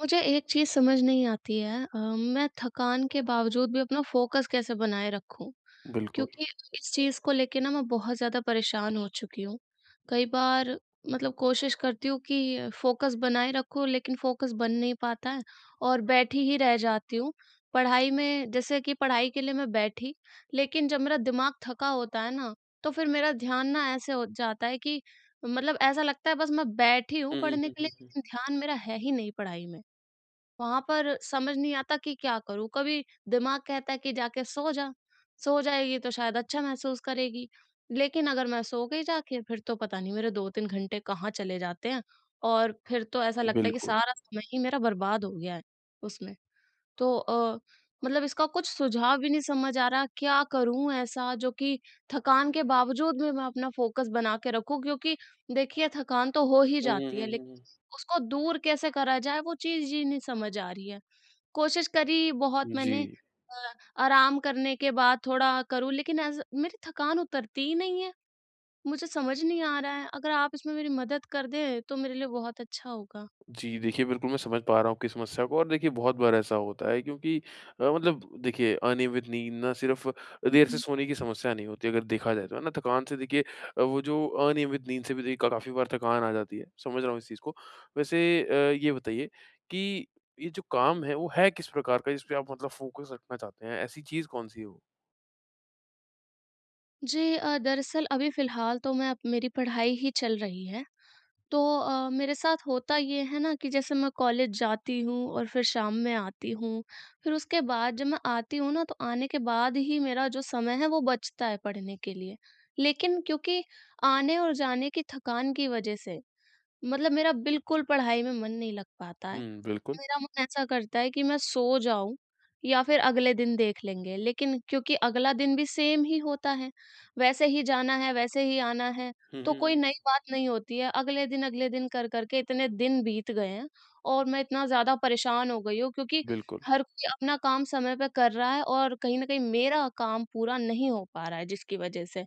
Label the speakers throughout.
Speaker 1: मुझे एक चीज़ समझ नहीं आती है मैं थकान के बावजूद भी अपना फ़ोकस कैसे बनाए रखूँ?
Speaker 2: बिल्कुल।
Speaker 1: क्योंकि इस चीज़ को लेके ना मैं बहुत ज़्यादा परेशान हो चुकी हूँ। कई बार मतलब कोशिश करती हूँ कि फ़ोकस बनाए रखूँ लेकिन फ़ोकस बन नहीं पाता है और बैठी ही रह जाती हूँ। पढ़ाई में जैसे कि पढ़ाई के लिए मैं बैठी, लेकिन जब मेरा दिमाग थका होता है ना, तो फिर मेरा ध्यान ना ऐसे हो जाता है कि मतलब ऐसा लगता है बस मैं बैठी हूँ
Speaker 2: हुँ, हुँ,
Speaker 1: पढ़ने
Speaker 2: हुँ,
Speaker 1: के लिए
Speaker 2: हुँ, हुँ।
Speaker 1: लेकिन ध्यान मेरा है ही नहीं पढ़ाई में। वहाँ पर समझ नहीं आता कि क्या करूँ? कभी दिमाग कहता है कि जाके सो जा, सो जाएगी तो शायद अच्छा महसूस करेगी। लेकिन अगर मैं सो गई जाके फिर तो पता नहीं मेरे 2-3 घंटे कहाँ चले जाते हैं और फिर तो ऐसा लगता है कि
Speaker 2: बिल्कुल।
Speaker 1: सारा समय ही मेरा बर्बाद हो गया है उसमें। तो मतलब इसका कुछ सुझाव भी नहीं समझ आ रहा, क्या करूँ ऐसा जो कि थकान के बावजूद भी मैं अपना फ़ोकस बना के रखूँ? क्योंकि देखिए थकान तो हो ही
Speaker 2: हुँ, हुँ,
Speaker 1: जाती है,
Speaker 2: हुँ, हुँ,
Speaker 1: लेकिन
Speaker 2: हुँ।
Speaker 1: उसको दूर कैसे करा जाए वो चीज़ ही नहीं समझ आ रही है। कोशिश करी बहुत
Speaker 2: जी।
Speaker 1: मैंने अ, आराम करने के बाद थोड़ा करूँ लेकिन ऐसा मेरी थकान उतरती ही नहीं है, मुझे समझ नहीं आ रहा है। अगर आप इसमें मेरी मदद कर दें तो मेरे लिए बहुत अच्छा होगा।
Speaker 2: जी, देखिए बिल्कुल मैं समझ पा रहा हूँ आपकी समस्या को और देखिए बहुत बार ऐसा होता है क्योंकि मतलब देखिए अनियमित नींद ना सिर्फ़ देर से सोने की समस्या नहीं होती अगर देखा जाए तो, है ना? थकान से देखिए वो जो अनियमित नींद से भी देखिए काफ़ी बार थकान आ जाती है, समझ रहा हूँ इस चीज़ को। वैसे ये बताइए कि ये जो काम है वो है किस प्रकार का जिस पे आप मतलब फ़ोकस रखना चाहते हैं? ऐसी चीज़ कौन-सी है वो?
Speaker 1: जी, दरअसल अभी फ़िलहाल तो मैं मेरी पढ़ाई ही चल रही है। तो मेरे साथ होता ये है ना कि जैसे मैं कॉलेज जाती हूँ और फिर शाम में आती हूँ। फिर उसके बाद जब मैं आती हूँ ना तो आने के बाद ही मेरा जो समय है वो बचता है पढ़ने के लिए। लेकिन क्योंकि आने और जाने की थकान की वज़ह से मतलब मेरा बिल्कुल पढ़ाई में मन नहीं लग पाता है।
Speaker 2: हुँ, बिल्कुल।
Speaker 1: मेरा मन ऐसा करता है कि मैं सो जाऊँ या फिर अगले दिन देख लेंगे, लेकिन क्योंकि अगला दिन भी सेम ही होता है, वैसे ही जाना है, वैसे ही आना है,
Speaker 2: हुँ,
Speaker 1: तो कोई
Speaker 2: हुँ।
Speaker 1: नई बात नहीं होती है। अगले दिन कर कर के इतने दिन बीत गए हैं और मैं इतना ज़्यादा परेशान हो गई हूँ क्योंकि
Speaker 2: बिल्कुल।
Speaker 1: हर कोई अपना काम समय पे कर रहा है और कहीं न कहीं मेरा काम पूरा नहीं हो पा रहा है जिसकी वजह से।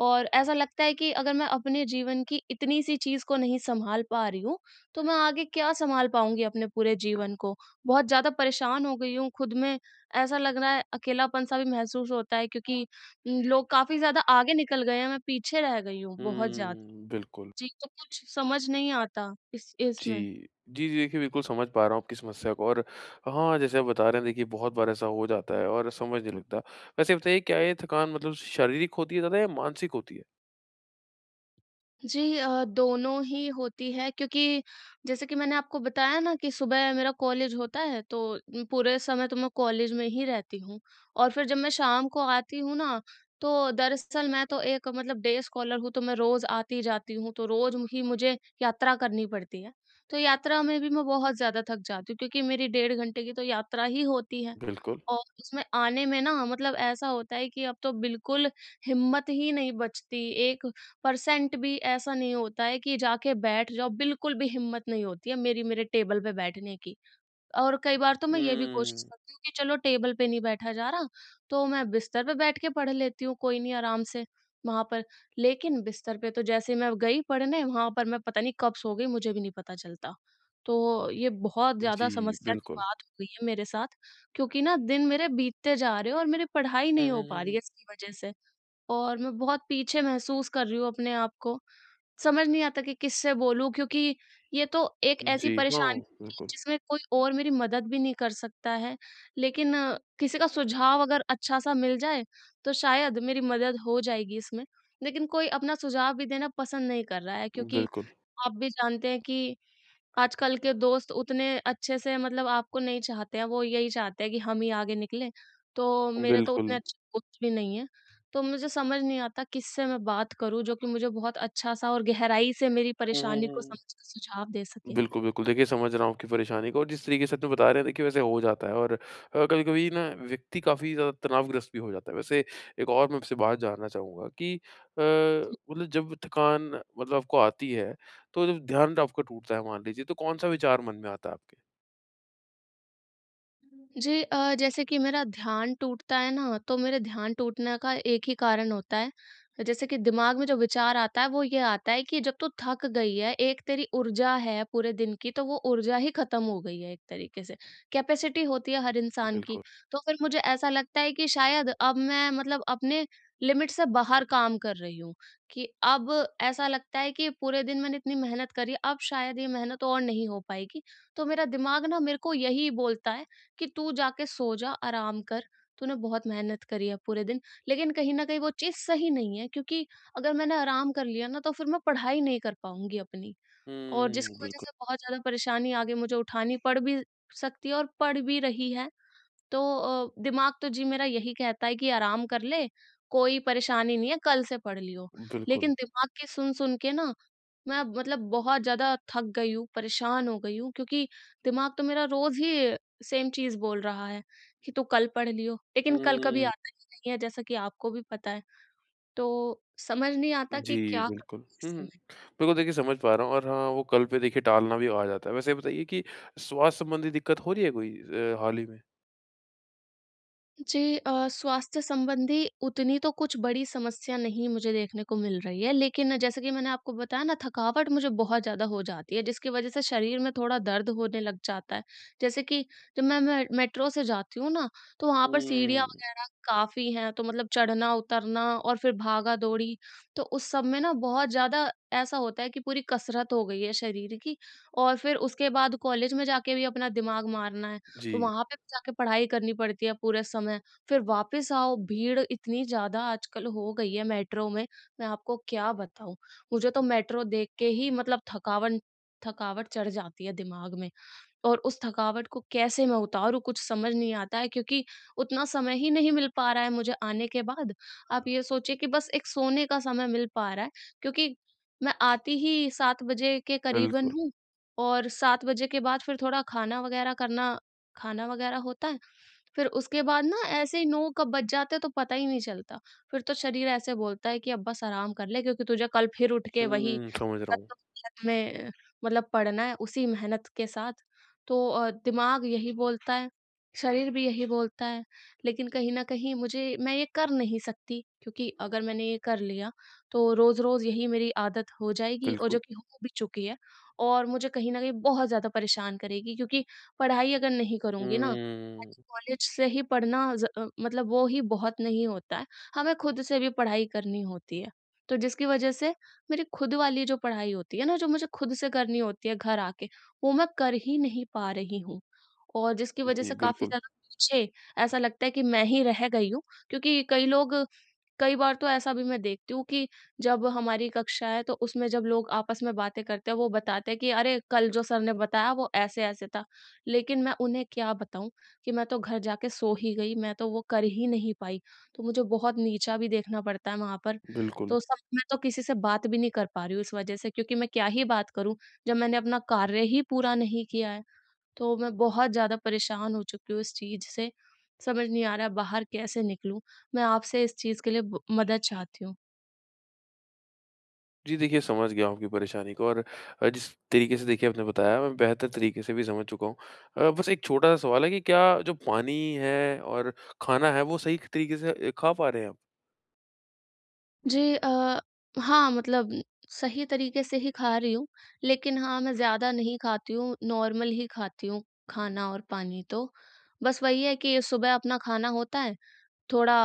Speaker 1: और ऐसा लगता है कि अगर मैं अपने जीवन की इतनी-सी चीज़ को नहीं सँभाल पा रही हूँ, तो मैं आगे क्या सँभाल पाऊँगी अपने पूरे जीवन को। बहुत ज़्यादा परेशान हो गई हूँ खुद में, ऐसा लग रहा है अकेलापन-सा भी महसूस होता है क्योंकि लोग काफ़ी ज़्यादा आगे निकल गए हैं, मैं पीछे रह गई हूँ बहुत ज़्यादा।
Speaker 2: हुँ। बिल्कुल।
Speaker 1: जी, तो कुछ समझ नहीं आता इस
Speaker 2: जी।
Speaker 1: इसमें।
Speaker 2: जी, जी, देखिए बिल्कुल समझ पा रहा हूँ आपकी समस्या को और हाँ, जैसे आप बता रहे हैं देखिए बहुत बार ऐसा हो जाता है और समझ नहीं लगता। वैसे बताइए क्या ये थकान मतलब शारीरिक होती है ज़्यादा या मानसिक होती है?
Speaker 1: जी, दोनों ही होती है क्योंकि जैसे कि मैंने आपको बताया ना कि सुबह मेरा कॉलेज होता है तो पूरे समय तो मैं कॉलेज में ही रहती हूँ और फिर जब मैं शाम को आती हूँ ना तो दरअसल मैं तो एक मतलब डे स्कॉलर हूँ, तो मैं रोज आती जाती हूँ, तो रोज ही मुझे यात्रा करनी पड़ती है। तो यात्रा में भी मैं बहुत ज्यादा थक जाती हूँ क्योंकि मेरी डेढ़ घंटे की तो यात्रा ही होती है,
Speaker 2: बिल्कुल।
Speaker 1: और उसमें आने में ना मतलब ऐसा होता है कि अब तो बिल्कुल हिम्मत ही नहीं बचती, 1% भी ऐसा नहीं होता है कि जाके बैठ जाओ, बिल्कुल भी हिम्मत नहीं होती है मेरी मेरे टेबल पे बैठने की। और कई बार तो मैं ये भी कोशिश
Speaker 2: हुँ।
Speaker 1: करती हूँ कि चलो टेबल पे नहीं बैठा जा रहा, तो मैं बिस्तर पे बैठ के पढ़ लेती हूँ, कोई नहीं आराम से वहाँ पर। लेकिन बिस्तर पे तो जैसे ही मैं गई पढ़ने, वहाँ पर मैं पता नहीं कब सो गई, मुझे भी नहीं पता चलता। तो ये बहुत ज़्यादा
Speaker 2: जी,
Speaker 1: समस्या की
Speaker 2: बिल्कुल।
Speaker 1: बात हो गई है मेरे साथ, क्योंकि ना दिन मेरे बीतते जा रहे हैं और मेरी पढ़ाई
Speaker 2: हुँ,
Speaker 1: नहीं हो
Speaker 2: हुँ,
Speaker 1: पा
Speaker 2: हुँ,
Speaker 1: रही
Speaker 2: हुँ।
Speaker 1: है इसकी वजह से। और मैं बहुत पीछे महसूस कर रही हूँ अपने आप को। समझ नहीं आता कि किससे बोलूँ क्योंकि ये तो एक ऐसी
Speaker 2: जी, हाँ,
Speaker 1: परेशानी है कि
Speaker 2: बिल्कुल।
Speaker 1: जिसमें कोई और मेरी मदद भी नहीं कर सकता है। लेकिन किसी का सुझाव अगर अच्छा-सा मिल जाए तो शायद मेरी मदद हो जाएगी इसमें। लेकिन कोई अपना सुझाव भी देना पसंद नहीं कर रहा है क्योंकि
Speaker 2: बिल्कुल,
Speaker 1: आप भी जानते हैं कि आजकल के दोस्त उतने अच्छे से मतलब आपको नहीं चाहते हैं, वो यही चाहते हैं कि हम ही आगे निकलें। तो मेरे तो उतने
Speaker 2: बिल्कुल।
Speaker 1: अच्छे दोस्त भी नहीं हैं, तो मुझे समझ नहीं आता किससे मैं बात करूँ जो कि मुझे बहुत अच्छा-सा और गहराई से मेरी
Speaker 2: हुँ, हुँ,
Speaker 1: परेशानी को
Speaker 2: हुँ।
Speaker 1: समझ के सुझाव दे सके?
Speaker 2: बिल्कुल, बिल्कुल। देखिए, समझ रहा हूँ आपकी परेशानी को और जिस तरीके से आपने बता रहे हैं, देखिए, वैसे हो जाता है और कभी-कभी ना व्यक्ति काफ़ी ज़्यादा तनावग्रस्त भी हो जाता है। वैसे एक और मैं आपसे बात जानना चाहूँगा कि मतलब जब थकान मतलब आपको आती है, तो जब ध्यान आपका टूटता है मान लीजिए, तो कौन-सा विचार मन में आता है आपके?
Speaker 1: जी, जैसे कि मेरा ध्यान टूटता है ना, तो मेरे ध्यान टूटने का एक ही कारण होता है। जैसे कि दिमाग में जो विचार आता है, वो ये आता है कि जब तू थक गई है, एक तेरी ऊर्जा है पूरे दिन की, तो वो ऊर्जा ही खत्म हो गई है एक तरीके से। कैपेसिटी होती है हर इंसान की।
Speaker 2: बिल्कुल।
Speaker 1: तो फिर मुझे ऐसा लगता है कि शायद अब मैं मतलब अपने लिमिट से बाहर काम कर रही हूँ, कि अब ऐसा लगता है कि पूरे दिन मैंने इतनी मेहनत करी, अब शायद ये मेहनत और नहीं हो पाएगी। तो मेरा दिमाग ना मेरे को यही बोलता है कि तू जाके सो जा, आराम कर, तूने बहुत मेहनत करी है पूरे दिन। लेकिन कहीं न कहीं वो चीज़ सही नहीं है क्योंकि अगर मैंने आराम कर लिया ना तो फिर मैं पढ़ाई नहीं कर पाऊँगी अपनी, और
Speaker 2: हुँ,
Speaker 1: जिसकी वज़ह
Speaker 2: बिल्कुल,
Speaker 1: से बहुत ज़्यादा परेशानी आगे मुझे उठानी पड़ भी सकती है और पड़ भी रही है। तो दिमाग तो जी मेरा यही कहता है कि आराम कर ले, कोई परेशानी नहीं है, कल से पढ़ लियो।
Speaker 2: बिल्कुल।
Speaker 1: लेकिन दिमाग की सुन-सुन के ना मैं अब मतलब बहुत ज़्यादा थक गई हूँ, परेशान हो गई हूँ क्योंकि दिमाग तो मेरा रोज़ ही सेम चीज़ बोल रहा है कि तू कल पढ़ लियो। लेकिन कल कभी
Speaker 2: हुँ,
Speaker 1: आता ही नहीं है जैसा कि आपको भी पता है। तो समझ नहीं आता कि
Speaker 2: जी,
Speaker 1: क्या
Speaker 2: बिल्कुल।
Speaker 1: करूँ?
Speaker 2: हुँ, हुँ। बिल्कुल, देखिए, समझ पा रहा हूँ और हाँ, वो कल पे देखिए टालना भी आ जाता है। वैसे ये बताइए कि स्वास्थ्य संबंधी दिक्कत हो रही है कोई हाल ही में?
Speaker 1: जी, स्वास्थ्य संबंधी उतनी तो कुछ बड़ी समस्या नहीं मुझे देखने को मिल रही है, लेकिन जैसे कि मैंने आपको बताया ना थकावट मुझे बहुत ज़्यादा हो जाती है, जिसकी वज़ह से शरीर में थोड़ा दर्द होने लग जाता है। जैसे कि जब मैं मेट्रो से जाती हूँ ना, तो वहाँ पर सीढ़ियाँ
Speaker 2: हुँ।
Speaker 1: वग़ैरह काफ़ी हैं, तो मतलब चढ़ना-उतरना और फिर भागा-दौड़ी, तो उस सब में ना बहुत ज़्यादा ऐसा होता है कि पूरी कसरत हो गई है शरीर की और फिर उसके बाद कॉलेज में जाके भी अपना दिमाग मारना है। तो
Speaker 2: जी,
Speaker 1: वहाँ पे भी जाके पढ़ाई करनी पड़ती है पूरे समय। फिर वापस आओ, भीड़ इतनी ज़्यादा आजकल हो गई है मेट्रो में, मैं आपको क्या बताऊँ? मुझे तो मेट्रो देख के ही मतलब थकावन थकावट चढ़ जाती है दिमाग में। और उस थकावट को कैसे मैं उतारूँ कुछ समझ नहीं आता है क्योंकि उतना समय ही नहीं मिल पा रहा है मुझे आने के बाद। आप ये सोचिए कि बस एक सोने का समय मिल पा रहा है क्योंकि मैं आती ही 7 बजे के करीबन
Speaker 2: बिल्कुल।
Speaker 1: हूँ, और 7 बजे के बाद फिर थोड़ा खाना वगैरह करना, खाना वगैरह होता है। फिर उसके बाद ना ऐसे ही 9 कब बज जाते हैं तो पता ही नहीं चलता। फिर तो शरीर ऐसे बोलता है कि अब बस आराम कर ले क्योंकि तुझे कल फिर उठ के वही
Speaker 2: हुँ, समझ रहा हूँ।
Speaker 1: सत्तर मेहनत में मतलब पड़ना है उसी मेहनत के साथ। तो दिमाग यही बोलता है, शरीर भी यही बोलता है, लेकिन कहीं न कहीं मुझे मैं ये कर नहीं सकती क्योंकि अगर मैंने ये कर लिया, तो रोज़-रोज़ यही मेरी आदत हो जाएगी, और जो
Speaker 2: बिल्कुल।
Speaker 1: कि हो भी चुकी है और मुझे कहीं न कहीं बहुत ज़्यादा परेशान करेगी क्योंकि पढ़ाई अगर नहीं करूँगी ना,
Speaker 2: हुँ,
Speaker 1: खाली कॉलेज से ही पढ़ना मतलब वो ही बहुत नहीं होता है, हमें खुद से भी पढ़ाई करनी होती है। तो जिसकी वजह से मेरी खुद वाली जो पढ़ाई होती है ना, जो मुझे खुद से करनी होती है घर आके, वो मैं कर ही नहीं पा रही हूँ। और जिसकी वजह से
Speaker 2: जी,
Speaker 1: काफ़ी
Speaker 2: बिल्कुल,
Speaker 1: ज़्यादा पीछे ऐसा लगता है कि मैं ही रह गई हूँ क्योंकि कई लोग, कई बार तो ऐसा भी मैं देखती हूँ कि जब हमारी कक्षा है तो उसमें जब लोग आपस में बातें करते हैं वो बताते हैं कि अरे कल जो सर ने बताया वो ऐसे ऐसे था, लेकिन मैं उन्हें क्या बताऊं कि मैं तो घर जाके सो ही गई, मैं तो वो कर ही नहीं पाई, तो मुझे बहुत नीचा भी देखना पड़ता है वहां पर।
Speaker 2: बिल्कुल।
Speaker 1: तो सब, मैं तो किसी से बात भी नहीं कर पा रही हूँ इस वजह से क्योंकि मैं क्या ही बात करूं जब मैंने अपना कार्य ही पूरा नहीं किया है। तो मैं बहुत ज़्यादा परेशान हो चुकी हूँ इस चीज़ से। समझ नहीं आ रहा बाहर कैसे निकलूँ? मैं आपसे इस चीज़ के लिए ब मदद चाहती हूँ।
Speaker 2: जी, देखिए समझ गया हूँ आपकी परेशानी को और जिस तरीके से देखिए आपने बताया मैं बेहतर तरीके से भी समझ चुका हूँ। बस एक छोटा-सा सवाल है कि क्या जो पानी है और खाना है वो सही तरीके से खा पा रहे हैं आप?
Speaker 1: जी, हाँ, मतलब सही तरीके से ही खा रही हूँ, लेकिन हाँ, मैं ज़्यादा नहीं खाती हूँ, नॉर्मल ही खाती हूँ खाना और पानी तो। बस वही है कि सुबह अपना खाना होता है, थोड़ा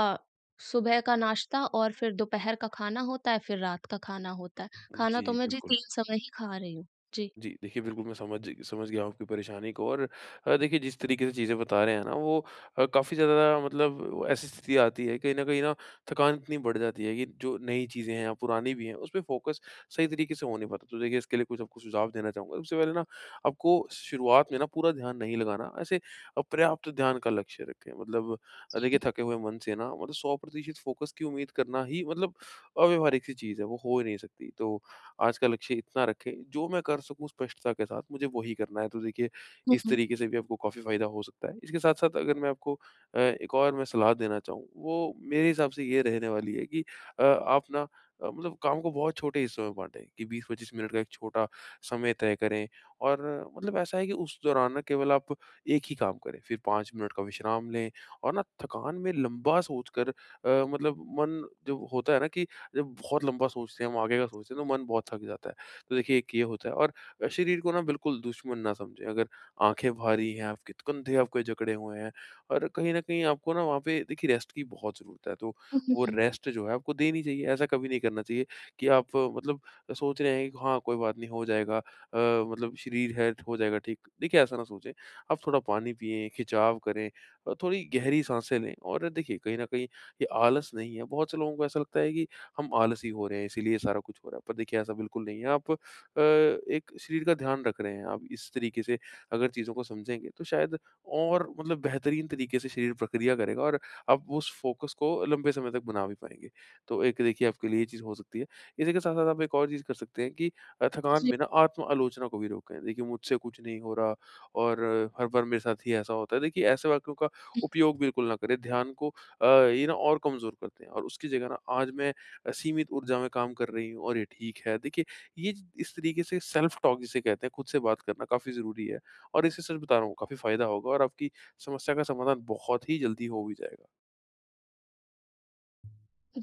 Speaker 1: सुबह का नाश्ता, और फिर दोपहर का खाना होता है, फिर रात का खाना होता है। खाना तो
Speaker 2: जी,
Speaker 1: मैं जी
Speaker 2: बिल्कुल।
Speaker 1: 3 समय ही खा रही हूँ। जी।
Speaker 2: जी, देखिए बिल्कुल मैं समझ समझ गया हूँ आपकी परेशानी को और देखिए जिस तरीके से चीज़ें बता रहे हैं ना वो काफ़ी ज़्यादा मतलब वो ऐसी स्थिति आती है, कहीं न कहीं ना थकान इतनी बढ़ जाती है कि जो नई चीज़ें हैं या पुरानी भी हैं, उसपे फोकस सही तरीके से हो नहीं पाता। तो देखिए इसके लिए कुछ आपको सुझाव देना चाहूँगा। सबसे पहले ना आपको शुरुआत में ना पूरा ध्यान नहीं लगाना, ऐसे अपर्याप्त ध्यान का लक्ष्य रखें। मतलब देखिए थके हुए मन से ना मतलब 100% फ़ोकस की उम्मीद करना ही मतलब अव्यावहारिक सी चीज़ है, वो हो ही नहीं सकती। तो आज का लक्ष्य इतना रखें, जो मैं कर सकूँ स्पष्टता के साथ मुझे वही करना है। तो देखिए
Speaker 1: हुँ,
Speaker 2: इस
Speaker 1: हुँ।
Speaker 2: तरीके से भी आपको काफ़ी फ़ायदा हो सकता है। इसके साथ-साथ अगर मैं आपको एक और मैं सलाह देना चाहूँ, वो मेरे हिसाब से ये रहने वाली है कि आप ना मतलब काम को बहुत छोटे हिस्सों में बाँटें कि 20-25 मिनट का एक छोटा समय तय करें और मतलब ऐसा है कि उस दौरान ना केवल आप एक ही काम करें, फिर 5 मिनट का विश्राम लें और ना थकान में लंबा सोचकर मतलब मन जो होता है ना कि जब बहुत लंबा सोचते हैं, हम आगे का सोचते हैं, तो मन बहुत थक जाता है। तो देखिए एक ये होता है और शरीर को ना बिल्कुल दुश्मन ना समझें। अगर आँखें भारी हैं आपकी, कंधे आपके जकड़े हुए हैं और कहीं न कहीं आपको ना वहाँ पे देखिए रेस्ट की बहुत ज़रूरत है। तो
Speaker 1: हुँ, हुँ,
Speaker 2: वो
Speaker 1: हुँ।
Speaker 2: रेस्ट जो है आपको देनी चाहिए। ऐसा कभी नहीं करना चाहिए कि आप मतलब सोच रहे हैं कि हाँ, कोई बात नहीं हो जाएगा मतलब शरीर है हो जाएगा ठीक। देखिए ऐसा ना सोचें। आप थोड़ा पानी पिएँ, खिंचाव करें और थोड़ी गहरी साँसें लें और देखिए कहीं न कहीं ये आलस नहीं है। बहुत से लोगों को ऐसा लगता है कि हम आलसी हो रहे हैं इसीलिए ये सारा कुछ हो रहा है। पर देखिए ऐसा बिल्कुल नहीं है आप एक शरीर का ध्यान रख रहे हैं। आप इस तरीके से अगर चीज़ों को समझेंगे तो शायद और मतलब बेहतरीन तरीके से शरीर प्रक्रिया करेगा और आप उस फ़ोकस को लंबे समय तक बना भी पाएँगे। तो एक देखिए आपके लिए ये चीज़ हो सकती है। इसी के साथ-साथ आप एक और चीज़ कर सकते हैं कि थकान
Speaker 1: जी।
Speaker 2: में ना आत्म-आलोचना को भी रोकें। देखिए मुझसे कुछ नहीं हो रहा और हर बार मेरे साथ ही ऐसा होता है। देखिए ऐसे वाक्यों का उपयोग बिल्कुल ना करें। ध्यान को ये ना और कमज़ोर करते हैं और उसकी जगह ना आज मैं असीमित ऊर्जा में काम कर रही हूँ और ये ठीक है। देखिए, ये ज इस तरीके से सेल्फ टॉक जिसे कहते हैं, खुद से बात करना काफ़ी ज़रूरी है और इससे सच बता रहा हूँ काफ़ी फ़ायदा होगा और आपकी समस्या का समाधान बहुत ही जल्दी हो भी जाएगा।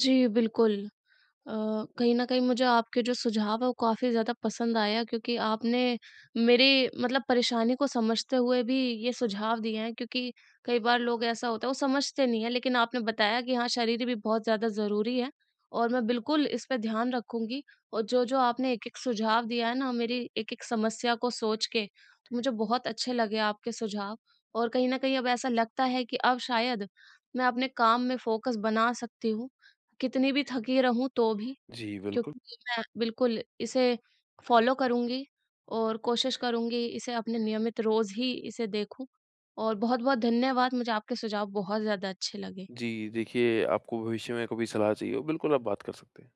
Speaker 1: जी, बिल्कुल। अ, कहीं न कहीं मुझे आपके जो सुझाव है वो काफ़ी ज़्यादा पसंद आया क्योंकि आपने मेरे मतलब परेशानी को समझते हुए भी ये सुझाव दिए हैं क्योंकि कई बार लोग ऐसा होता है वो समझते नहीं है, लेकिन आपने बताया कि हाँ, शरीर भी बहुत ज़्यादा ज़रूरी है, और मैं बिल्कुल इस पे ध्यान रखूँगी, और जो-जो आपने एक-एक सुझाव दिया है ना मेरी एक-एक समस्या को सोच के, तो मुझे बहुत अच्छे लगे आपके सुझाव, और कहीं न कहीं अब ऐसा लगता है कि अब शायद मैं अपने काम में फ़ोकस बना सकती हूँ। कितनी भी थकी रहूँ तो भी,
Speaker 2: जी, बिल्कुल।
Speaker 1: क्योंकि मैं बिल्कुल इसे फ़ॉलो करूँगी और कोशिश करूँगी इसे अपने नियमित रोज़ ही इसे देखूँ। और बहुत-बहुत धन्यवाद, मुझे आपके सुझाव बहुत ज़्यादा अच्छे लगे।
Speaker 2: जी, देखिए आपको भविष्य में कभी सलाह चाहिए हो, बिल्कुल आप बात कर सकते हैं।